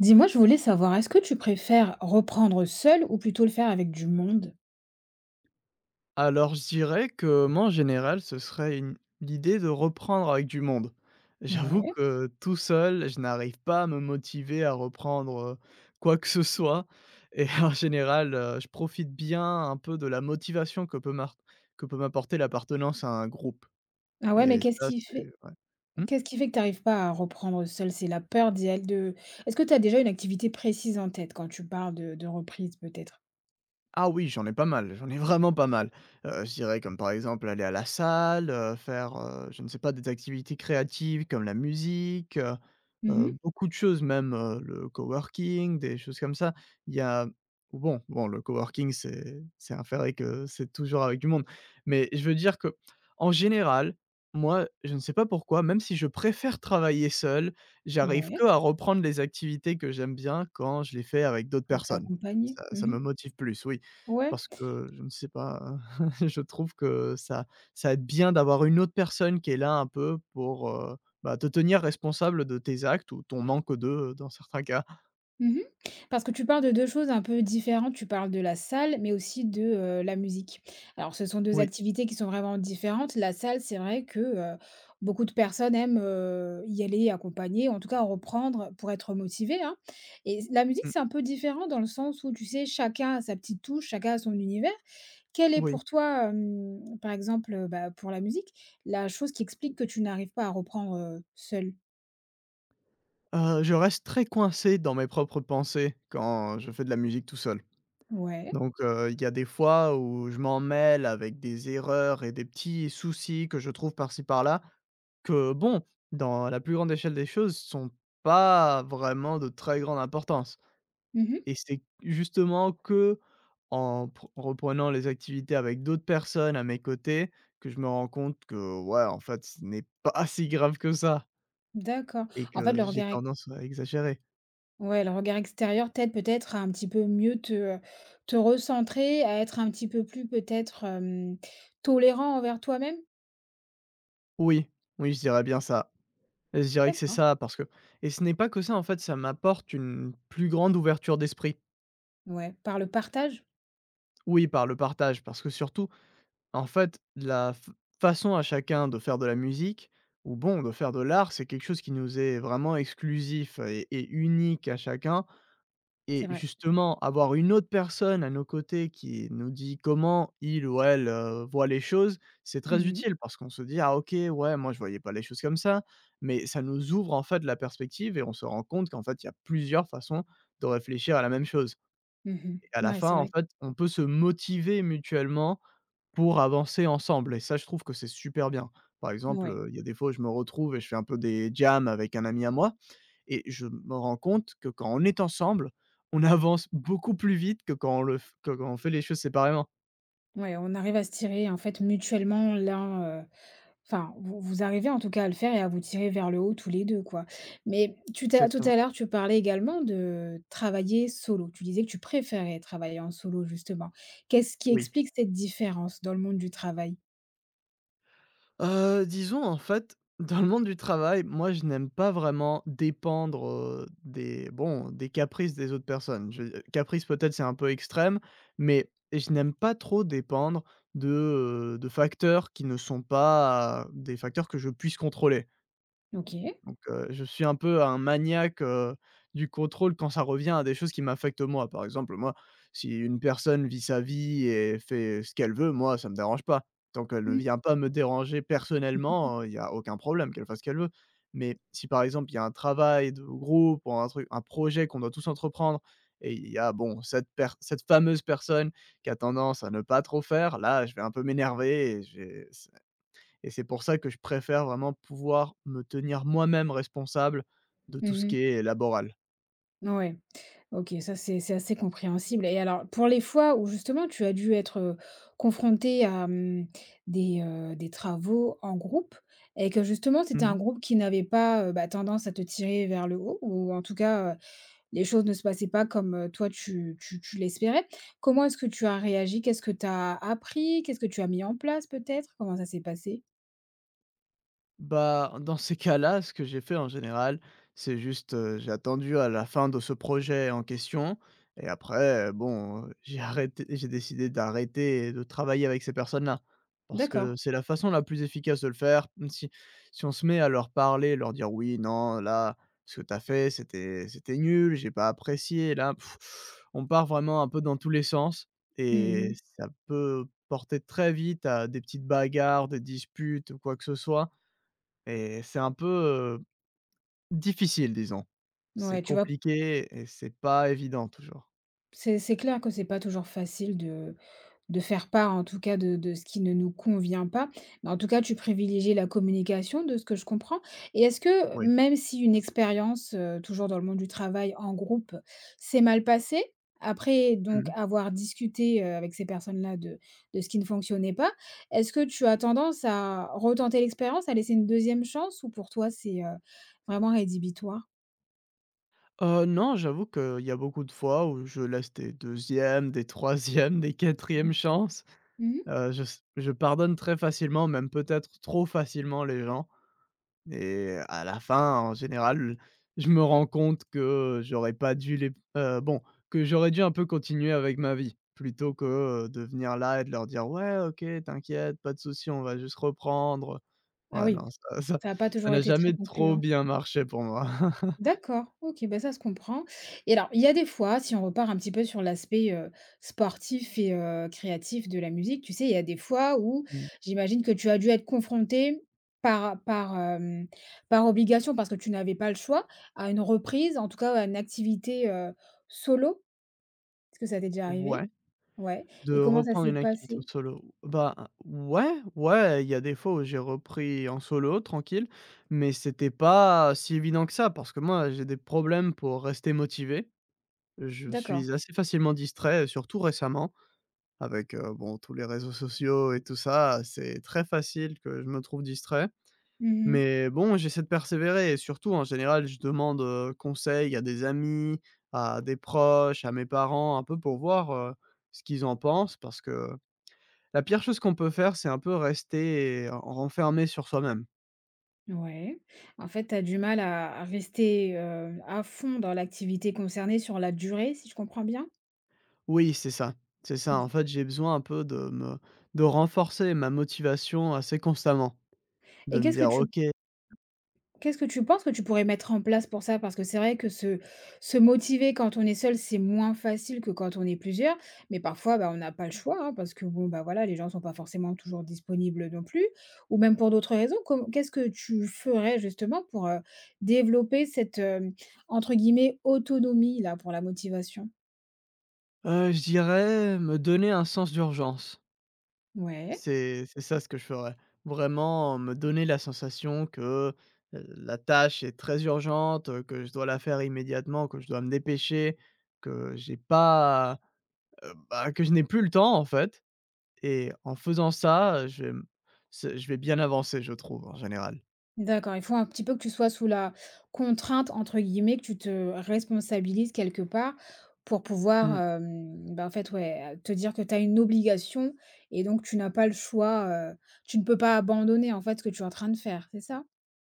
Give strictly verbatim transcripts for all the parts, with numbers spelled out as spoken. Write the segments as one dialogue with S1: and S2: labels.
S1: Dis-moi, je voulais savoir, est-ce que tu préfères reprendre seul ou plutôt le faire avec du monde?
S2: Alors, je dirais que moi, en général, ce serait une l'idée de reprendre avec du monde. J'avoue
S1: Ouais.
S2: que tout seul, je n'arrive pas à me motiver à reprendre, heu, quoi que ce soit et en général, heu, je profite bien un peu de la motivation que peut m'art que peut m'apporter l'appartenance à un groupe
S1: Ah ouais, mais
S2: et
S1: qu'est-ce
S2: ça,
S1: qui fait
S2: c'est ouais. Mmh?
S1: qu'est-ce qui fait que tu arrives pas à reprendre seul? C'est la peur d'y aller de... Est-ce que tu as déjà une activité précise en tête quand tu parles de de reprise peut-être?
S2: Ah oui, j'en ai pas mal, j'en ai vraiment pas mal. Heu, je dirais comme, par exemple, aller à la salle, heu, faire, heu, je ne sais pas, des activités créatives comme la musique. Heu,
S1: Mhm.
S2: beaucoup de choses même, heu, le coworking, des choses comme ça. Il y a bon bon le coworking, c'est c'est avéré que c'est toujours avec du monde. Mais je veux dire que, en général, moi, je ne sais pas pourquoi, même si je préfère travailler seul, j'arrive
S1: Ouais,
S2: que à reprendre les activités que j'aime bien quand je les fais avec d'autres
S1: quand tu
S2: personnes.
S1: accompagné.
S2: Ça ça
S1: Mmh.
S2: me motive plus, oui,
S1: Ouais.
S2: parce que je ne sais pas, je trouve que ça ça aide bien d'avoir une autre personne qui est là un peu pour, heu bah, te tenir responsable de tes actes ou ton manque de, heu, dans certains cas.
S1: Mmh. Parce que tu parles de deux choses un peu différentes. Tu parles de la salle, mais aussi de, heu, la musique. Alors ce sont deux
S2: Oui,
S1: activités qui sont vraiment différentes. La salle, c'est vrai que, heu, beaucoup de personnes aiment, heu, y aller accompagnées, en tout cas reprendre pour être motivées, hein, et la musique,
S2: mmh,
S1: c'est un peu différent dans le sens où, tu sais, chacun a sa petite touche, chacun a son univers. Quelle est
S2: oui.
S1: pour toi, hem, par exemple, heu, bah, pour la musique, la chose qui explique que tu n'arrives pas à reprendre, heu, seule?
S2: Heu, je reste très coincé dans mes propres pensées quand je fais de la musique tout seul.
S1: Ouais.
S2: Donc, heu, il y a des fois où je m'en mêle avec des erreurs et des petits soucis que je trouve par-ci par-là, que bon, dans la plus grande échelle des choses, sont pas vraiment de très grande importance.
S1: Mmh.
S2: Et c'est justement qu'en pr en reprenant les activités avec d'autres personnes à mes côtés, que je me rends compte que, ouais, en fait, ce n'est pas si grave que ça
S1: D'accord.
S2: et
S1: En fait,
S2: que
S1: le
S2: j'ai
S1: regard
S2: tendance à exagérer.
S1: Ouais, le regard extérieur t'aide peut-être à un petit peu mieux te, te recentrer, à être un petit peu plus peut-être, hem, tolérant envers toi-même?
S2: Oui, oui, je dirais bien ça. Et je dirais que c'est
S1: D'accord,
S2: ça, parce que et ce n'est pas que ça, en fait, ça m'apporte une plus grande ouverture d'esprit.
S1: ouais, par le partage?
S2: Oui, par le partage, parce que surtout, en fait, la f façon à chacun de faire de la musique ou bon, de faire de l'art, c'est quelque chose qui nous est vraiment exclusif et et unique à chacun.
S1: C'est
S2: Et
S1: vrai.
S2: justement, avoir une autre personne à nos côtés qui nous dit comment il ou elle, heu, voit les choses, c'est très
S1: Mmh mh.
S2: utile parce qu'on se dit: «Ah OK, ouais, moi je voyais pas les choses comme ça», mais ça nous ouvre en fait la perspective et on se rend compte qu'en fait, il y a plusieurs façons de réfléchir à la même chose
S1: Mmh.
S2: et à la
S1: Ouais,
S2: fin,
S1: c'est
S2: en
S1: vrai.
S2: fait, on peut se motiver mutuellement pour avancer ensemble et ça, je trouve que c'est super bien. Par exemple,
S1: Ouais.
S2: heu, il y a des fois où je me retrouve et je fais un peu des jams avec un ami à moi et je me rends compte que quand on est ensemble, on avance beaucoup plus vite que quand on le f que quand on fait les choses séparément.
S1: Ouais, on arrive à se tirer en fait mutuellement l'un, heu enfin vous vous arrivez en tout cas à le faire et à vous tirer vers le haut tous les deux, quoi. Mais tu t'as tout à
S2: Exactement.
S1: l'heure tu parlais également de travailler solo. Tu disais que tu préférais travailler en solo justement. Qu'est-ce qui
S2: Oui.
S1: explique cette différence dans le monde du travail?
S2: Heu, disons, en fait, dans le monde du travail, moi, je n'aime pas vraiment dépendre, heu, des bon, des caprices des autres personnes. Je veux caprice, peut-être, c'est un peu extrême, mais je n'aime pas trop dépendre de, heu, de facteurs qui ne sont pas euh, des facteurs que je puisse contrôler.
S1: OK.
S2: Donc, heu, je suis un peu un maniaque, heu, du contrôle quand ça revient à des choses qui m'affectent moi. Par exemple, moi, si une personne vit sa vie et fait ce qu'elle veut, moi, ça me dérange pas. Tant qu'elle ne
S1: Mmh.
S2: vient pas me déranger personnellement, il y a aucun problème qu'elle fasse ce qu'elle veut. Mais si par exemple, il y a un travail de groupe ou un truc un projet qu'on doit tous entreprendre et il y a, bon, cette per cette fameuse personne qui a tendance à ne pas trop faire, là, je vais un peu m'énerver et je et c'est pour ça que je préfère vraiment pouvoir me tenir moi-même responsable de tout ce qui
S1: Mmh.
S2: est laboral.
S1: Ouais. OK, ça c'est c'est assez compréhensible, et alors pour les fois où justement tu as dû être, heu, confrontée à, mmh, des, heu, des travaux en groupe et que justement c'était un
S2: Mmh.
S1: groupe qui n'avait pas, heu, bah, tendance à te tirer vers le haut ou en tout cas, heu, les choses ne se passaient pas comme, heu, toi tu tu tu l'espérais. Comment est-ce que tu as réagi? Qu'est-ce que tu as appris? Qu'est-ce que tu as mis en place peut-être? Comment ça s'est passé?
S2: Bah, dans ces cas-là, ce que j'ai fait en général, c'est juste, heu, j'ai attendu à la fin de ce projet en question et après, heu, bon, heu, j'ai arrêté j'ai décidé d'arrêter de travailler avec ces personnes-là. Parce que
S1: D'accord.
S2: c'est la façon la plus efficace de le faire, mmh, si si on se met à leur parler, leur dire: «Oui, non, là, ce que t'as fait, c'était c'était nul, j'ai pas apprécié», là, pff, on part vraiment un peu dans tous les sens et
S1: Mmh.
S2: ça peut porter très vite à des petites bagarres, des disputes ou quoi que ce soit et c'est un peu, heu, difficile disons. C'est
S1: Ouais, tu vas
S2: compliqué et c'est pas évident toujours.
S1: C'est c'est clair que c'est pas toujours facile de de faire part, en tout cas, de de ce qui ne nous convient pas. Mais en tout cas, tu privilégies la communication, de ce que je comprends, et est-ce que,
S2: Oui.
S1: même si une expérience, heu, toujours dans le monde du travail en groupe, s'est mal passée, après donc
S2: Mmh.
S1: avoir discuté, heu, avec ces personnes-là de de ce qui ne fonctionnait pas, est-ce que tu as tendance à retenter l'expérience, à laisser une deuxième chance, ou pour toi c'est, heu, vraiment rédhibitoire?
S2: Heu, non, j'avoue qu'il y a beaucoup de fois où je laisse des deuxièmes, des troisièmes, des quatrièmes chances.
S1: Mmh mh.
S2: Heu, je s je pardonne très facilement, même peut-être trop facilement les gens. Et à la fin, en général, je me rends compte que j'aurais pas dû les heu, bon, que j'aurais dû un peu continuer avec ma vie, plutôt que, heu, de venir là et de leur dire: «Ouais, OK, t'inquiète, pas de souci, on va juste reprendre».
S1: Ah
S2: Ouais,
S1: oui,
S2: non, ça ça
S1: ça a pas
S2: ça
S1: toujours
S2: n'a
S1: été très
S2: jamais trop
S1: concluant.
S2: bien marché pour moi.
S1: D'accord, OK, ben ça se comprend, et alors, il y a des fois, si on repart un petit peu sur l'aspect, heu, sportif et heu, créatif de la musique, tu sais, il y a des fois où
S2: Mmh,
S1: j'imagine que tu as dû être confronté par par, hem, par obligation parce que tu n'avais pas le choix, à une reprise, en tout cas, à une activité, heu, solo. Est-ce que ça t'est déjà arrivé?
S2: ouais,
S1: Ouais,
S2: de
S1: et comment ça
S2: reprendre
S1: s'est
S2: une activité en
S1: passé?
S2: solo, bah, ouais, ouais, il y a des fois où j'ai repris en solo, tranquille, mais c'était pas si évident que ça parce que moi, j'ai des problèmes pour rester motivé. Je
S1: D'accord.
S2: suis assez facilement distrait, surtout récemment avec, heu, bon, tous les réseaux sociaux et tout ça, c'est très facile que je me trouve distrait.
S1: Mmh.
S2: Mais bon, j'essaie de persévérer et surtout, en général, je demande, heu, conseil à des amis, à des proches, à mes parents, un peu pour voir, heu, ce qu'ils en pensent parce que la pire chose qu'on peut faire, c'est un peu rester en renfermé sur soi-même.
S1: Ouais. En fait, tu as du mal à à rester, heu, à fond dans l'activité concernée sur la durée, si je comprends bien?
S2: Oui, c'est ça, c'est ça. En fait, j'ai besoin un peu de me de renforcer ma motivation assez constamment,
S1: Et
S2: de me
S1: qu'est-ce que
S2: dire:
S1: tu
S2: «OK».
S1: qu'est-ce que tu penses que tu pourrais mettre en place pour ça? Parce que c'est vrai que se se motiver quand on est seul, c'est moins facile que quand on est plusieurs, mais parfois, bah, on n'a pas le choix, hein, parce que bon, bah, voilà, les gens ne sont pas forcément toujours disponibles non plus, ou même pour d'autres raisons. Com Qu'est-ce que tu ferais justement pour, heu, développer cette, hem, entre guillemets «autonomie» là, pour la motivation?
S2: Heu, je dirais me donner un sens d'urgence.
S1: Ouais.
S2: C'est c'est ça ce que je ferais. Vraiment me donner la sensation que, heu, la tâche est très urgente, heu, que je dois la faire immédiatement, que je dois me dépêcher, que j'ai pas, heu, bah, que je n'ai plus le temps en fait et en faisant ça, heu, je vais m c'est je vais bien avancer je trouve en général.
S1: D'accord, il faut un petit peu que tu sois sous la «contrainte» entre guillemets, que tu te responsabilises quelque part pour pouvoir,
S2: Mmh,
S1: hem, bah, en fait, ouais, te dire que tu as une obligation et donc tu n'as pas le choix, heu, tu ne peux pas abandonner, en fait, ce que tu es en train de faire, c'est ça?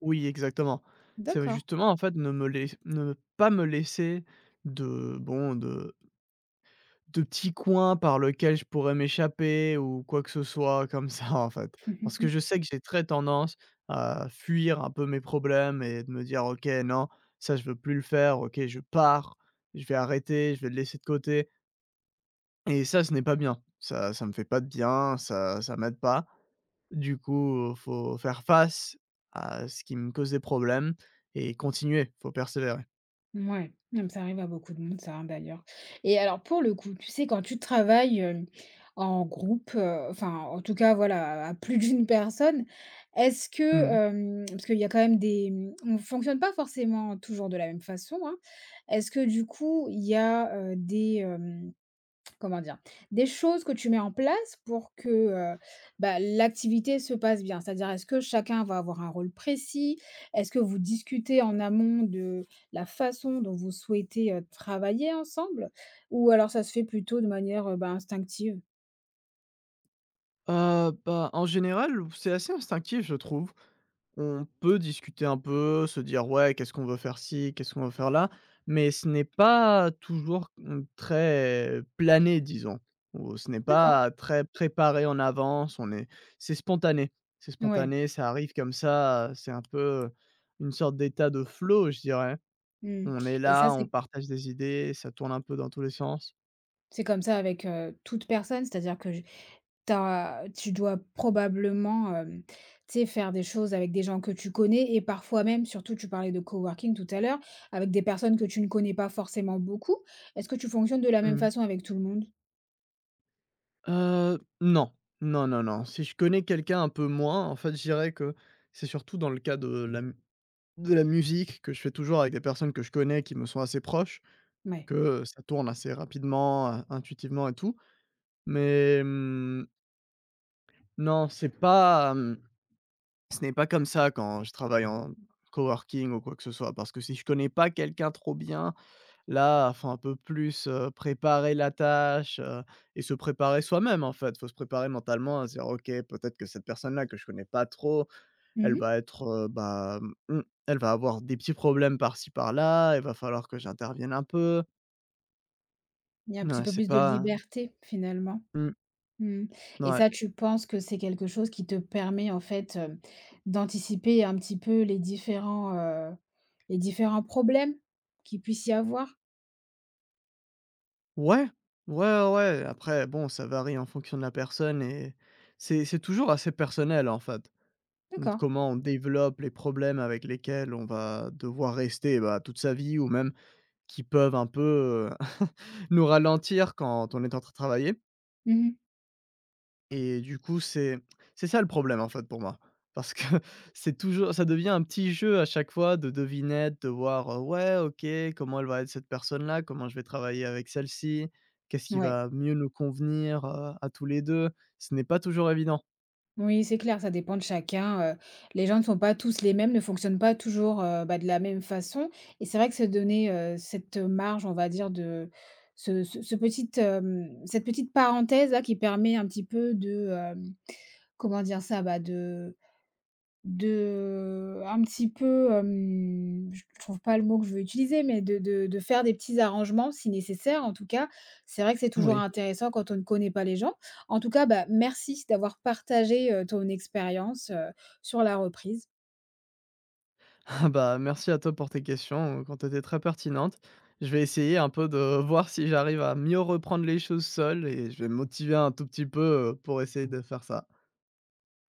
S2: oui exactement. C'est
S1: D'accord.
S2: justement en fait ne me laiss ne pas me laisser de bon de de petits coins par lequel je pourrais m'échapper ou quoi que ce soit comme ça, en fait. Parce que je sais que j'ai très tendance à fuir un peu mes problèmes et de me dire: «OK, non, ça je veux plus le faire. OK, je pars, je vais arrêter, je vais le laisser de côté» et ça, ce n'est pas bien. Ça ça me fait pas de bien, ça ça m'aide pas. Du coup, faut faire face à ce qui me cause des problèmes et continuer, faut persévérer.
S1: Ouais, non, mais ça arrive à beaucoup de monde ça, hein, d'ailleurs, et alors pour le coup, tu sais quand tu travailles, hem, en groupe, heu, enfin en tout cas voilà, à plus d'une personne, est-ce que,
S2: Mmh.
S1: hem, parce qu'il y a quand même des mmh, on fonctionne pas forcément toujours de la même façon, hein. Est-ce que du coup il y a, heu, des... Comment dire? Des choses que tu mets en place pour que, heu, bah, l'activité se passe bien. C'est-à-dire, est-ce que chacun va avoir un rôle précis? Est-ce que vous discutez en amont de la façon dont vous souhaitez, heu, travailler ensemble? Ou alors ça se fait plutôt de manière, heu, bah, instinctive?
S2: Heu, bah, en général, c'est assez instinctif, je trouve. On peut discuter un peu, se dire: «Ouais, qu'est-ce qu'on veut faire ci? Qu'est-ce qu'on veut faire là ?» mais ce n'est pas toujours, mmh, très plané, disons, ou ce n'est
S1: D'accord,
S2: pas très préparé en avance, on est c'est spontané. C'est
S1: ouais,
S2: spontané, ça arrive comme ça, c'est un peu une sorte d'état de flow, je dirais.
S1: mmh,
S2: On est
S1: et ça,
S2: là, on
S1: c'est
S2: partage des idées, ça tourne un peu dans tous les sens.
S1: c'est comme ça avec, heu, toute personne, c'est-à-dire que j T'as, tu dois probablement, hem, tu sais, faire des choses avec des gens que tu connais et parfois même, surtout tu parlais de coworking tout à l'heure, avec des personnes que tu ne connais pas forcément beaucoup. Est-ce que tu fonctionnes de la même
S2: Mmh.
S1: façon avec tout le monde?
S2: Heu, non. Non, non, non. Si je connais quelqu'un un peu moins, en fait, je dirais que c'est surtout dans le cas de la m de la musique que je fais toujours avec des personnes que je connais qui me sont assez proches,
S1: Ouais.
S2: que, ça tourne assez rapidement, heu, intuitivement et tout. Mais, mmh, non, c'est pas, mmh ce n'est pas comme ça quand je travaille en coworking ou quoi que ce soit, parce que si je connais pas quelqu'un trop bien, là, faut un peu plus, heu, préparer la tâche, heu et se préparer soi-même, en fait. Faut se préparer mentalement à se dire: «OK, peut-être que cette personne-là que je connais pas trop, elle
S1: Mmh.
S2: va être, heu, bah, mmh, elle va avoir des petits problèmes par-ci par-là, il va falloir que j'intervienne un peu».
S1: Il y a un petit
S2: Non,
S1: peu
S2: c'est
S1: plus de
S2: pas
S1: liberté finalement.
S2: mmh,
S1: Mmh, et
S2: ouais.
S1: ça, tu penses que c'est quelque chose qui te permet en fait, heu, d'anticiper un petit peu les différents, heu, les différents problèmes qu'il puisse y avoir?
S2: Ouais, ouais, ouais, ouais. Après bon, ça varie en fonction de la personne et c'est c'est toujours assez personnel, en fait. Mmh,
S1: D'accord.
S2: comment on développe les problèmes avec lesquels on va devoir rester, bah, toute sa vie ou même qui peuvent un peu, heu, nous ralentir quand on est en train de travailler
S1: Mmh.
S2: et du coup, c'est c'est ça le problème, en fait, pour moi. Parce que c'est toujours ça devient un petit jeu à chaque fois de devinette, de voir, heu, ouais, OK, comment elle va être cette personne-là? Comment je vais travailler avec celle-ci? Qu'est-ce qui
S1: Ouais.
S2: va mieux nous convenir, heu, à tous les deux. Ce n'est pas toujours évident.
S1: Oui, c'est clair, ça dépend de chacun, heu, les gens ne sont pas tous les mêmes, ne fonctionnent pas toujours, heu, bah, de la même façon, et c'est vrai que se donner, heu, cette marge, on va dire, de ce ce ce petite, hem, cette petite parenthèse là qui permet un petit peu de, hem, comment dire ça? Bah, de de un petit peu, hem, je trouve pas le mot que je veux utiliser, mais de de de faire des petits arrangements si nécessaire en tout cas. C'est vrai que c'est toujours
S2: Oui.
S1: intéressant quand on ne connaît pas les gens. En tout cas, bah, merci d'avoir partagé, heu, ton expérience, heu, sur la reprise.
S2: Ah bah, merci à toi pour tes questions, quand tu étaient très pertinentes. Je vais essayer un peu de voir si j'arrive à mieux reprendre les choses seul et je vais me motiver un tout petit peu, heu, pour essayer de faire ça.